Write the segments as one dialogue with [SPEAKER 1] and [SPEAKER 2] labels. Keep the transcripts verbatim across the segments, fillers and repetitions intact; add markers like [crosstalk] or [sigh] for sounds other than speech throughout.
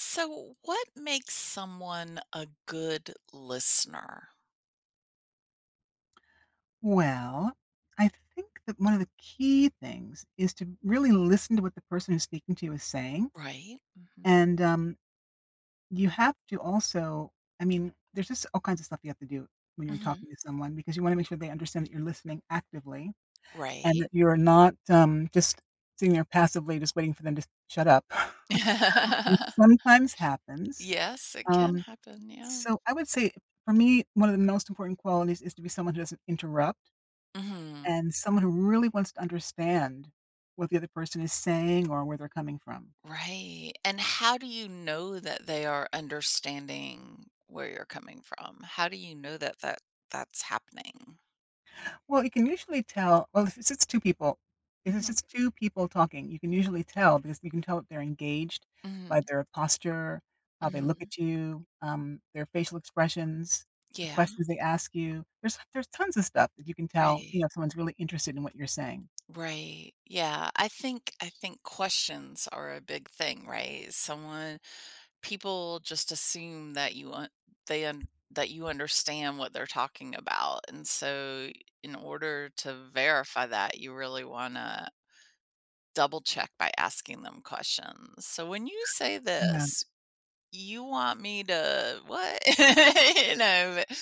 [SPEAKER 1] So, what makes someone a good listener?
[SPEAKER 2] Well, I think that one of the key things is to really listen to what the person who's speaking to you is saying.
[SPEAKER 1] Right? Hmm.
[SPEAKER 2] And um, you have to also, I mean, there's just all kinds of stuff you have to do when you're
[SPEAKER 1] Hmm.
[SPEAKER 2] talking to someone because you want to make sure they understand that you're listening actively and
[SPEAKER 1] Right?
[SPEAKER 2] that you're not um, just sitting there passively just waiting for them to shut up,
[SPEAKER 1] [laughs]
[SPEAKER 2] [laughs] which sometimes happens.
[SPEAKER 1] Yes, it can
[SPEAKER 2] Um,
[SPEAKER 1] happen. Yeah.
[SPEAKER 2] so I would say for me, one of the most important qualities is to be someone who doesn't interrupt
[SPEAKER 1] Hmm.
[SPEAKER 2] and someone who really wants to understand what the other person is saying or where they're coming from.
[SPEAKER 1] Right. And how do you know that they are understanding where you're coming from? How do you know that that that's happening?
[SPEAKER 2] Well, you can usually tell well, if it's it's two people, if it's
[SPEAKER 1] Hmm.
[SPEAKER 2] just two people talking, you can usually tell because you can tell if they're engaged
[SPEAKER 1] Hmm.
[SPEAKER 2] by their posture, how they look
[SPEAKER 1] Hmm.
[SPEAKER 2] at you, um, their facial expressions, the
[SPEAKER 1] Yeah.
[SPEAKER 2] questions they ask you. There's there's tons of stuff that you can tell, you know,
[SPEAKER 1] Right.
[SPEAKER 2] if someone's really interested in what you're saying.
[SPEAKER 1] Right. Yeah. I think I think questions are a big thing, right? Someone People just assume that you un- they un- that you understand what they're talking about, and so in order to verify, that you really want to double check by asking them questions. So when you say
[SPEAKER 2] Yeah.
[SPEAKER 1] this, you want me to what? [laughs] You know, but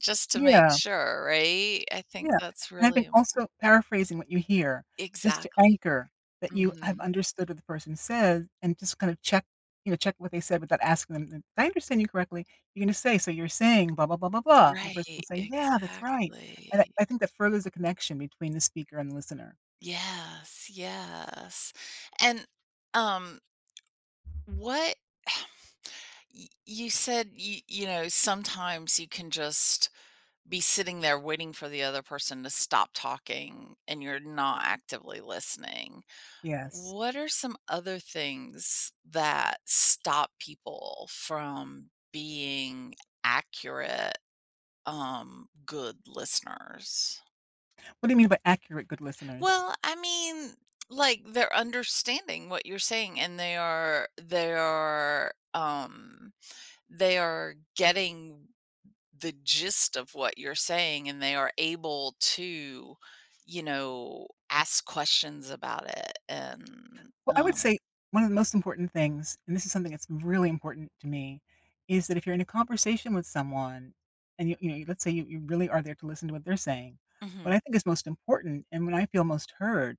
[SPEAKER 1] just to make
[SPEAKER 2] Yeah.
[SPEAKER 1] sure, right? I think
[SPEAKER 2] Yeah,
[SPEAKER 1] that's
[SPEAKER 2] and I
[SPEAKER 1] really
[SPEAKER 2] think
[SPEAKER 1] im-
[SPEAKER 2] also paraphrasing what you hear, just to
[SPEAKER 1] exactly.
[SPEAKER 2] anchor that you have
[SPEAKER 1] Hmm.
[SPEAKER 2] understood what the person says, and just kind of check, you know, check what they said without asking them, "Did I understand you correctly?" You're gonna say, "So you're saying blah, blah, blah, blah, blah," and the person
[SPEAKER 1] Right.
[SPEAKER 2] will say, "Yeah, that's right," and I
[SPEAKER 1] Exactly.
[SPEAKER 2] I think that furthers the connection between the speaker and the listener.
[SPEAKER 1] Yes, yes, and um what? [sighs] y you said, you you know, sometimes you can just be sitting there waiting for the other person to stop talking, and you're not actively listening.
[SPEAKER 2] Yes.
[SPEAKER 1] What are some other things that stop people from being accurate, um, good listeners?
[SPEAKER 2] What do you mean by accurate good listeners?
[SPEAKER 1] Well, I mean, like, they're understanding what you're saying, and they are they are, um they are getting the gist of what you're saying, and they are able to, you know, ask questions about it and,
[SPEAKER 2] Well, I would
[SPEAKER 1] um
[SPEAKER 2] say one of the most important things, and this is something that's really important to me, is that if you're in a conversation with someone and you, you know, let's say you, you really are there to listen to what they're saying, what I
[SPEAKER 1] Mhm.
[SPEAKER 2] think is most important and when I feel most heard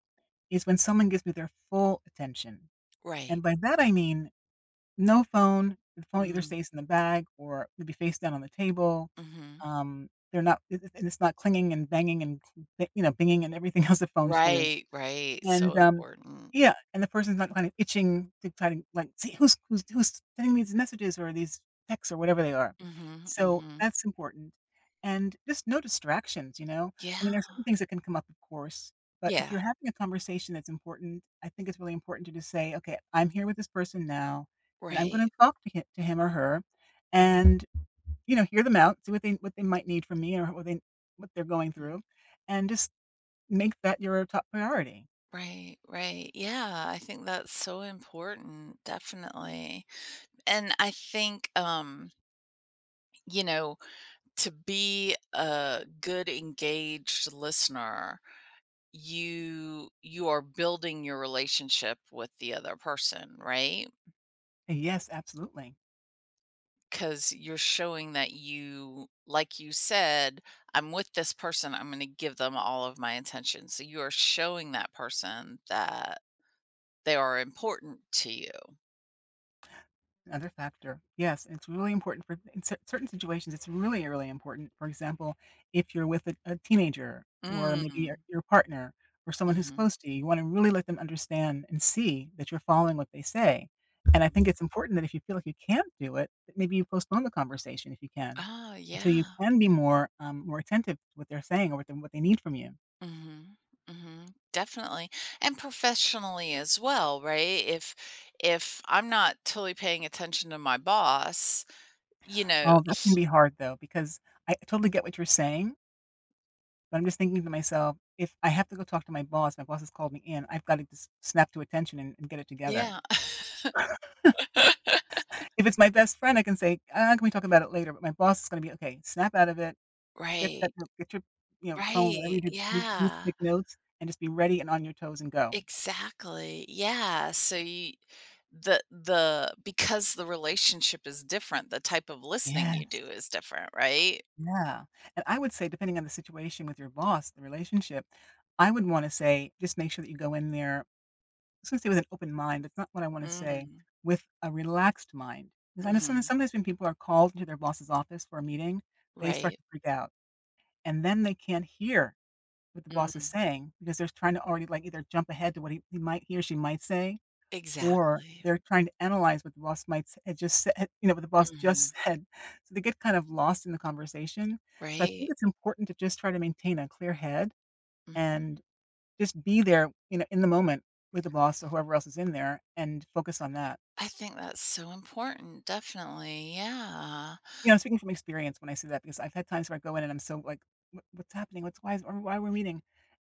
[SPEAKER 2] is when someone gives me their full attention.
[SPEAKER 1] Right.
[SPEAKER 2] And by that I mean no phone, the phone either
[SPEAKER 1] Mm.
[SPEAKER 2] stays in the bag or maybe face down on the table.
[SPEAKER 1] Mhm.
[SPEAKER 2] Um, they're not, it- it- and it's not clinging and banging and, cl- you know, binging and everything [laughs] else that phones do
[SPEAKER 1] Right, right,
[SPEAKER 2] and,
[SPEAKER 1] so
[SPEAKER 2] um
[SPEAKER 1] important.
[SPEAKER 2] yeah, and the person's not kind of itching to kind of, like, see who's who's who's sending these messages or these texts or whatever they are.
[SPEAKER 1] Mhm,
[SPEAKER 2] So
[SPEAKER 1] mhm.
[SPEAKER 2] that's important. And just no distractions, you know? I
[SPEAKER 1] Yeah,
[SPEAKER 2] mean, there's certain things that can come up, of course, but if
[SPEAKER 1] yeah,
[SPEAKER 2] you're having a conversation that's important, I think it's really important to just say, "Okay, I'm here with this person now, and I'm
[SPEAKER 1] right.
[SPEAKER 2] gonna talk to hi to him or her
[SPEAKER 1] Mhm,
[SPEAKER 2] and, you know, hear them out, see what they what they might need from me or what they what they're going
[SPEAKER 1] mhm.
[SPEAKER 2] through, and just make that your top priority."
[SPEAKER 1] Right, right, yeah, I think that's so important, definitely. And I think, um, you know to be a good engaged listener, you you are building your relationship with the other person, right?
[SPEAKER 2] Yes, absolutely.
[SPEAKER 1] Because you're showing that, you like you said, "I'm with this person, I'm going to give them all of my attention," so you are showing that person that they are important to you.
[SPEAKER 2] Another factor. Yes, it's really important for in cer- certain situations. It's really, really important. For example, if you're with a, a teenager or maybe
[SPEAKER 1] Mm.
[SPEAKER 2] your, your partner or someone who's
[SPEAKER 1] Hmm.
[SPEAKER 2] close to you, you want to really let them understand and see that you're following what they say. And I think
[SPEAKER 1] Hmm.
[SPEAKER 2] it's important that if you feel like you can't do it, that maybe you postpone the conversation if you can,
[SPEAKER 1] Oh,
[SPEAKER 2] until you
[SPEAKER 1] yeah.
[SPEAKER 2] can be more um, more attentive to what they're saying or what, they- what they need from you.
[SPEAKER 1] Mhm. Mhm. Definitely. And professionally as well, right? If if I'm not totally paying attention to my boss, you know,
[SPEAKER 2] Oh, that can be hard though, because I totally get what you're saying. But I'm just thinking to myself, if I have to go talk to my boss, my boss has called me in, I've got to just snap to attention and, and get it together.
[SPEAKER 1] yeah. [laughs]
[SPEAKER 2] If it's my best friend, I can say, ah, can we talk about it later? But my boss is going to be, okay, snap out of it, get
[SPEAKER 1] Right.
[SPEAKER 2] that, get your, you know, phone, whatever you
[SPEAKER 1] Right.
[SPEAKER 2] do, you need to
[SPEAKER 1] Yeah.
[SPEAKER 2] take notes and just be ready and on your toes and go.
[SPEAKER 1] Exactly. Yeah. So you the the because the relationship is different, the type of listening you
[SPEAKER 2] Yes.
[SPEAKER 1] do is different, right?
[SPEAKER 2] Yeah. And I would say, depending on the situation with your boss, the relationship, I would want to say, just make sure that you go in there, was gonna say with an open mind, that's not what I wanna say,
[SPEAKER 1] Mm.
[SPEAKER 2] with a relaxed mind, because I know some
[SPEAKER 1] Mhm.
[SPEAKER 2] sometimes when people are called into their boss's office for a meeting, they start
[SPEAKER 1] Right.
[SPEAKER 2] to freak out, and then they can't hear what the boss is
[SPEAKER 1] Mm.
[SPEAKER 2] saying because they're trying to already, like, either jump ahead to what he he might he or she might say, or
[SPEAKER 1] Exactly.
[SPEAKER 2] they're trying to analyze what the boss might s had just said, [laughs] you know, what the boss
[SPEAKER 1] Mhm.
[SPEAKER 2] just said, so they get kind of lost in the conversation, so I think
[SPEAKER 1] Right.
[SPEAKER 2] it's important to just try to maintain a clear head
[SPEAKER 1] Mhm.
[SPEAKER 2] and just be there, you know, in the moment with the boss or whoever else is in there and focus on that.
[SPEAKER 1] I think that's so important, definitely, yeah.
[SPEAKER 2] You know, I'm speaking from experience when I say that because I've had times where I go in and I'm so like, "What what's happening? What's why is or why we're meeting?"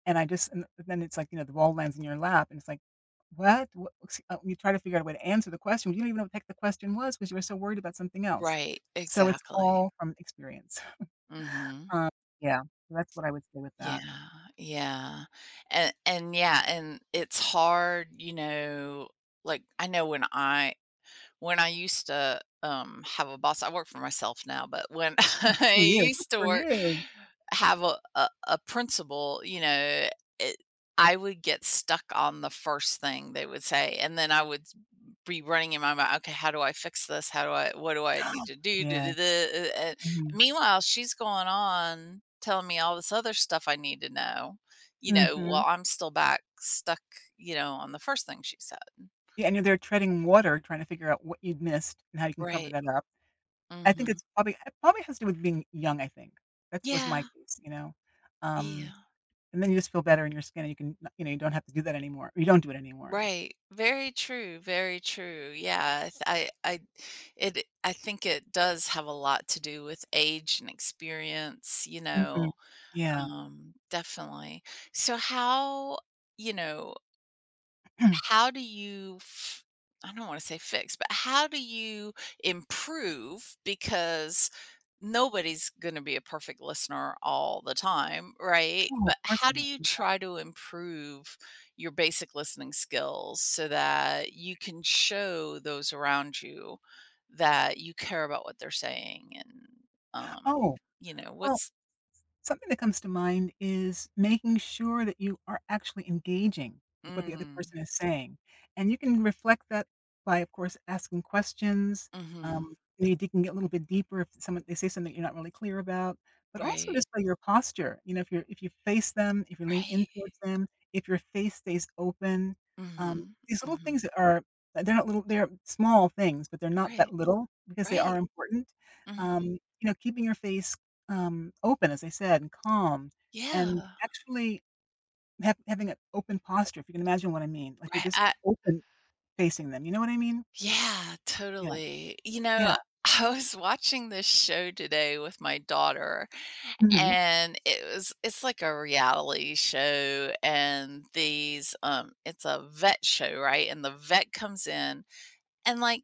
[SPEAKER 2] And I just and then it's like, you know, the ball lands in your lap and it's like, "What? What?" Ex uh, You try to figure out a way to answer the question. You don't even know what the heck the question was because you were so worried about something else.
[SPEAKER 1] Right,
[SPEAKER 2] So it's
[SPEAKER 1] exactly.
[SPEAKER 2] all from experience. [laughs]
[SPEAKER 1] Mhm.
[SPEAKER 2] Um, yeah, that's what I would say with that.
[SPEAKER 1] Yeah, yeah, and and yeah, and it's hard, you know, like, I know when I when I used to, um, have a boss, I work for myself now, but when [laughs]
[SPEAKER 2] Good for
[SPEAKER 1] I
[SPEAKER 2] you. Good
[SPEAKER 1] used to
[SPEAKER 2] for
[SPEAKER 1] work
[SPEAKER 2] you.
[SPEAKER 1] have a a a principal, you know, it I would get stuck on the first thing they would say, and then I would be running in my mind, "Okay, how do I fix this? How do I what do I need to do? Duh, duh, duh,"
[SPEAKER 2] Yes.
[SPEAKER 1] uh, and
[SPEAKER 2] Mhm.
[SPEAKER 1] meanwhile, she's going on telling me all this other stuff I need to know, you know, while
[SPEAKER 2] Mhm.
[SPEAKER 1] I'm still back stuck, you know, on the first thing she said.
[SPEAKER 2] Yeah, and you're there treading water trying to figure out what you'd missed and how you can cover
[SPEAKER 1] Right.
[SPEAKER 2] that up. I think
[SPEAKER 1] Mhm.
[SPEAKER 2] it's probably it probably has to do with being young, I think. That was my
[SPEAKER 1] Yeah.
[SPEAKER 2] case, you know? Um,
[SPEAKER 1] Yeah.
[SPEAKER 2] and then you just feel better in your skin and you can, you know, you don't have to do that anymore. You don't do it anymore.
[SPEAKER 1] Right. Very true. Very true. Yeah. I, I, I, it, I think it does have a lot to do with age and experience, you
[SPEAKER 2] Mhm.
[SPEAKER 1] know,
[SPEAKER 2] Yeah.
[SPEAKER 1] um, definitely. So how, you know,
[SPEAKER 2] [clears throat]
[SPEAKER 1] how do you, f- I don't want to say fix, but how do you improve? Because nobody's gonna be a perfect listener all the time, right?
[SPEAKER 2] Oh, of
[SPEAKER 1] But
[SPEAKER 2] course
[SPEAKER 1] how do
[SPEAKER 2] not.
[SPEAKER 1] you
[SPEAKER 2] Yeah.
[SPEAKER 1] try to improve your basic listening skills so that you can show those around you that you care about what they're saying and, um,
[SPEAKER 2] Oh,
[SPEAKER 1] you know,
[SPEAKER 2] well,
[SPEAKER 1] what's
[SPEAKER 2] something that comes to mind is making sure that you are actually engaging with what the other
[SPEAKER 1] Mm,
[SPEAKER 2] person is saying, and you can reflect that by, of course, asking questions,
[SPEAKER 1] mhm,
[SPEAKER 2] um, maybe digging a little bit deeper if someone they say something you're not really clear about, but also
[SPEAKER 1] right,
[SPEAKER 2] just by your posture, you know, if you're if you face them, if you lean
[SPEAKER 1] right,
[SPEAKER 2] in towards them, if your face stays open, um,
[SPEAKER 1] mhm,
[SPEAKER 2] these little
[SPEAKER 1] mhm,
[SPEAKER 2] things that are, they're not little, they're small things, but they're not
[SPEAKER 1] right,
[SPEAKER 2] that little because they are
[SPEAKER 1] right,
[SPEAKER 2] important.
[SPEAKER 1] mhm,
[SPEAKER 2] Um, you know, keeping your face um, open, as I said, and calm, and
[SPEAKER 1] yeah,
[SPEAKER 2] actually hav having an open posture, if you can imagine what I mean, like, you're
[SPEAKER 1] right,
[SPEAKER 2] just
[SPEAKER 1] I
[SPEAKER 2] open facing them, you know what I mean?
[SPEAKER 1] Yeah,
[SPEAKER 2] Yeah,
[SPEAKER 1] totally. You know,
[SPEAKER 2] yeah,
[SPEAKER 1] I was watching this show today with my daughter,
[SPEAKER 2] mhm.
[SPEAKER 1] and it was it's like a reality show, and these um it's a vet show, right? And the vet comes in, and like,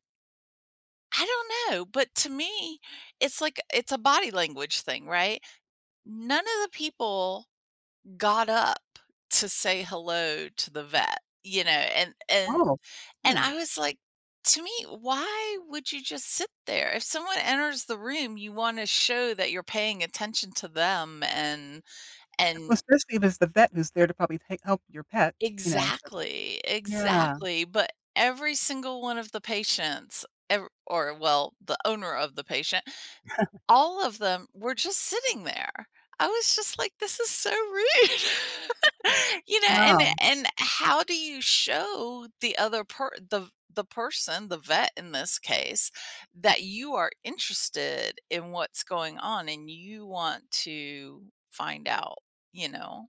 [SPEAKER 1] I don't know, but to me, it's like, it's a body language thing, right? None of the people got up to say hello to the vet, you know, and and
[SPEAKER 2] Oh,
[SPEAKER 1] and
[SPEAKER 2] hmm.
[SPEAKER 1] I was like, to me, why would you just sit there? If someone enters the room, you want to show that you're paying attention to them, and
[SPEAKER 2] Well,
[SPEAKER 1] and
[SPEAKER 2] especially if it's the vet who's there to probably take, help your pet, you know, so
[SPEAKER 1] exactly,
[SPEAKER 2] yeah,
[SPEAKER 1] exactly. But every single one of the patients ev- or, well, the owner of the patient. All of them were just sitting there. I was just like, "This is so rude." [laughs] You know, and
[SPEAKER 2] wow.
[SPEAKER 1] and how do you show the other per the the person, the vet in this case, that you are interested in what's going on and you want to find out, you know?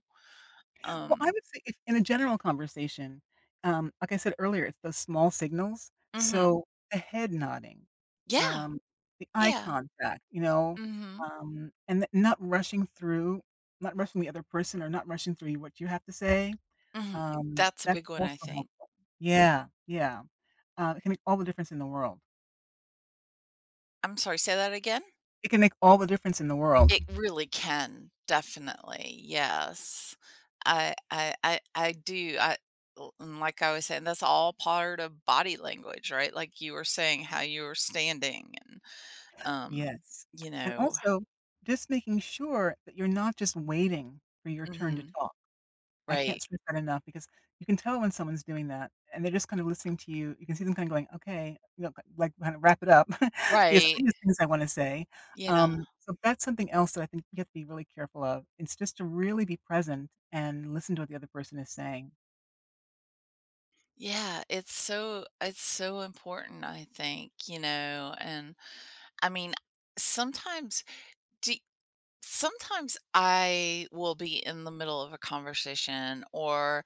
[SPEAKER 2] Well, I
[SPEAKER 1] Um,
[SPEAKER 2] would say if in a general conversation, um, like I said earlier, it's those small signals.
[SPEAKER 1] Mhm.
[SPEAKER 2] So the head nodding,
[SPEAKER 1] Yeah,
[SPEAKER 2] um, the eye
[SPEAKER 1] yeah.
[SPEAKER 2] contact, you know,
[SPEAKER 1] Mhm,
[SPEAKER 2] um, and th- not rushing through, not rushing the other person or not rushing through what you have to say.
[SPEAKER 1] mhm.
[SPEAKER 2] Um,
[SPEAKER 1] That's a big
[SPEAKER 2] that's
[SPEAKER 1] one, I
[SPEAKER 2] also
[SPEAKER 1] think.
[SPEAKER 2] helpful. Yeah, yeah. Uh, it can make all the difference in the world.
[SPEAKER 1] I'm sorry, say that again?
[SPEAKER 2] It can make all the difference in the world.
[SPEAKER 1] It really can, definitely, yes. I I I I do, I l and like I was saying, that's all part of body language, right? Like you were saying, how you were standing and, um,
[SPEAKER 2] Yes.
[SPEAKER 1] you
[SPEAKER 2] And
[SPEAKER 1] know
[SPEAKER 2] also, just making sure that you're not just waiting for your turn to
[SPEAKER 1] Mhm,
[SPEAKER 2] talk. I can't
[SPEAKER 1] right,
[SPEAKER 2] stress that enough because you can tell when someone's doing that and they're just kind of listening to you. You can see them kind of going, okay, you know, like kind of wrap it up [laughs] because
[SPEAKER 1] right,
[SPEAKER 2] I have things I want to say.
[SPEAKER 1] yeah,
[SPEAKER 2] Um, so that's something else that I think you have to be really careful of. It's just to really be present and listen to what the other person is saying.
[SPEAKER 1] yeah, it's so it's so important, I think, you know, and I mean, sometimes do sometimes I will be in the middle of a conversation, or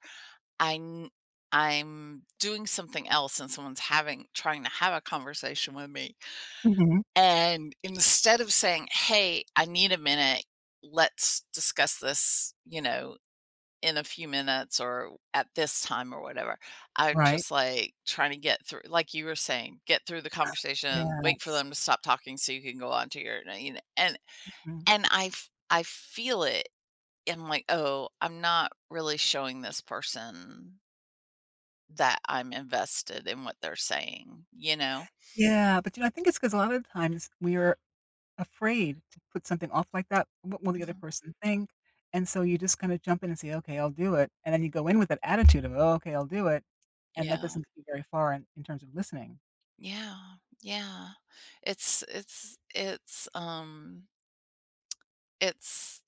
[SPEAKER 1] I kn I'm doing something else, and someone's having trying to have a conversation with me,
[SPEAKER 2] Hmm.
[SPEAKER 1] and instead of saying, "Hey, I need a minute. Let's discuss this, you know, in a few minutes or at this time," or whatever, I'm
[SPEAKER 2] Right.
[SPEAKER 1] just, like, trying to get through, like you were saying, get through the conversation, wait for
[SPEAKER 2] Yes.
[SPEAKER 1] them to stop talking so you can go on to your. you know, and
[SPEAKER 2] Mhm.
[SPEAKER 1] and I f I feel it. I'm like, "Oh, I'm not really showing this person that I'm invested in what they're saying, you know?"
[SPEAKER 2] Yeah. But you know, I think it's because a lot of times we are afraid to put something off like that. What will the other
[SPEAKER 1] Mhm.
[SPEAKER 2] person think? And so you just kinda jump in and say, "Okay, I'll do it." And then you go in with that attitude of, "Oh, okay, I'll do it," and that
[SPEAKER 1] Yeah.
[SPEAKER 2] doesn't get you very far in in terms of listening.
[SPEAKER 1] Yeah. Yeah. It's it's it's, um, it's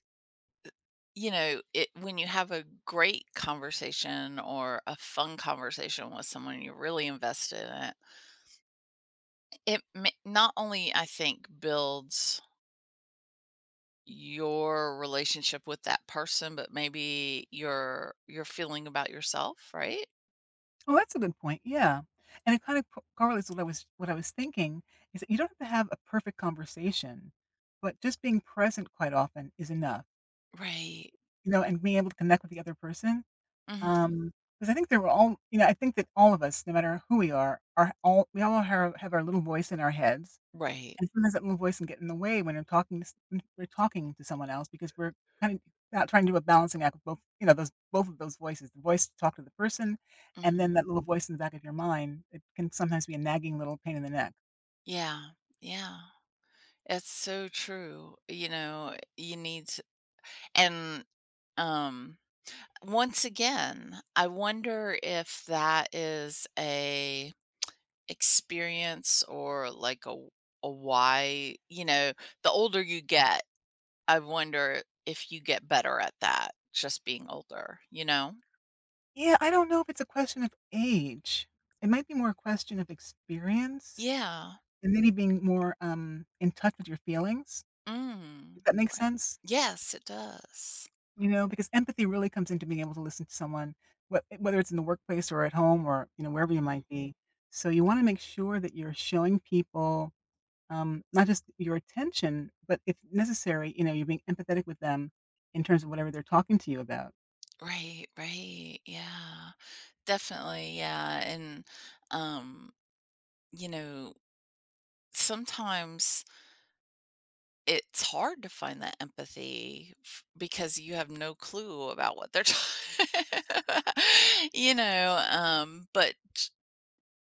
[SPEAKER 1] you know, it when you have a great conversation or a fun conversation with someone, you're really invested in it. It ma not only, I think, builds your relationship with that person, but maybe your your feeling about yourself, right?
[SPEAKER 2] Oh, that's a good point, yeah. And it kind of co correlates with what I was what I was thinking, is that you don't have to have a perfect conversation, but just being present quite often is enough,
[SPEAKER 1] Right.
[SPEAKER 2] you know, and being able to connect with the other person.
[SPEAKER 1] Mhm.
[SPEAKER 2] Um, Because I think that were all, you know, I think that all of us, no matter who we are, are all we all have have our little voice in our heads.
[SPEAKER 1] Right.
[SPEAKER 2] And sometimes that little voice can get in the way when we're talking to s when we're talking to someone else because we're kind of out trying to do a balancing act with both, you know, those both of those voices, the voice to talk to the person, and then
[SPEAKER 1] Mhm.
[SPEAKER 2] that little voice in the back of your mind, it can sometimes be a nagging little pain in the neck.
[SPEAKER 1] Yeah, yeah. It's so true. You know, you need to, and um once again, I wonder if that is a experience or like a a why, you know, the older you get, I wonder if you get better at that just being older, you know?
[SPEAKER 2] Yeah, I don't know if it's a question of age. It might be more a question of experience
[SPEAKER 1] Yeah.
[SPEAKER 2] and maybe being more, um, in touch with your feelings,
[SPEAKER 1] Mm,
[SPEAKER 2] if that makes
[SPEAKER 1] right.
[SPEAKER 2] sense?
[SPEAKER 1] Yes, it does.
[SPEAKER 2] You know, because empathy really comes into being able to listen to someone, wh whether it's in the workplace or at home or, you know, wherever you
[SPEAKER 1] Mhm.
[SPEAKER 2] might be. So you wanna make sure that you're showing people, um, not just your attention, but if necessary, you know, you're being empathetic with them in terms of whatever they're talking to you about.
[SPEAKER 1] Right, right. Yeah. Definitely, yeah, and, um, you know, sometimes it's hard to find that empathy f because you have no clue about what they're talking [laughs] you know, um, but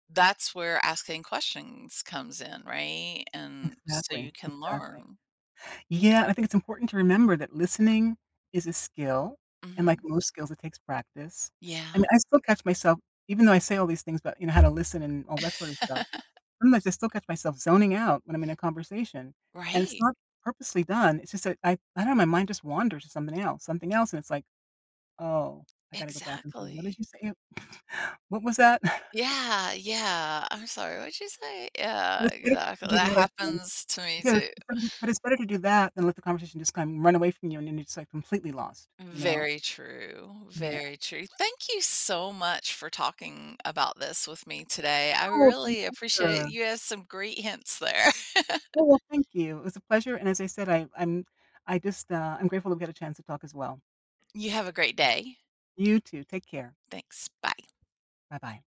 [SPEAKER 1] that's where asking questions comes in, right? And so you
[SPEAKER 2] Exactly,
[SPEAKER 1] can
[SPEAKER 2] exactly.
[SPEAKER 1] learn.
[SPEAKER 2] Yeah, I think it's important to remember that listening is a skill, and like
[SPEAKER 1] Mhm.
[SPEAKER 2] most skills, it takes practice. I mean,
[SPEAKER 1] Yeah.
[SPEAKER 2] I still catch myself even though I say all these things about, you know, how to listen and all that sort of stuff.
[SPEAKER 1] [laughs]
[SPEAKER 2] Sometimes I still catch myself zoning out when I'm in a conversation, and it's
[SPEAKER 1] Right.
[SPEAKER 2] not purposely done, it's just that, I I don't know, my mind just wanders to something else something else, and it's like, "Oh, I gotta go back and say, 'What did
[SPEAKER 1] Exactly.
[SPEAKER 2] you say? [sighs] What was that?'" [laughs]
[SPEAKER 1] Yeah, yeah. I'm sorry, what'd you say? Yeah,
[SPEAKER 2] But it's better
[SPEAKER 1] exactly.
[SPEAKER 2] to do
[SPEAKER 1] That
[SPEAKER 2] that, I think.
[SPEAKER 1] happens to me
[SPEAKER 2] Yes,
[SPEAKER 1] too.
[SPEAKER 2] it's it's better to but it's better to do that than let the conversation just kind of run away from you, and then you're just, like, completely lost, you know?
[SPEAKER 1] Very true,
[SPEAKER 2] Yeah.
[SPEAKER 1] very true. Thank you so much for talking about this with me today. I
[SPEAKER 2] Oh, my
[SPEAKER 1] really appreciate it.
[SPEAKER 2] pleasure.
[SPEAKER 1] You have some great hints there. [laughs]
[SPEAKER 2] Oh, well, thank you. It was a pleasure, and as I said, I I'm I just, uh, I'm grateful that we had a chance to talk as well.
[SPEAKER 1] You have a great day.
[SPEAKER 2] You too. Take care.
[SPEAKER 1] Thanks. Bye.
[SPEAKER 2] Bye-bye.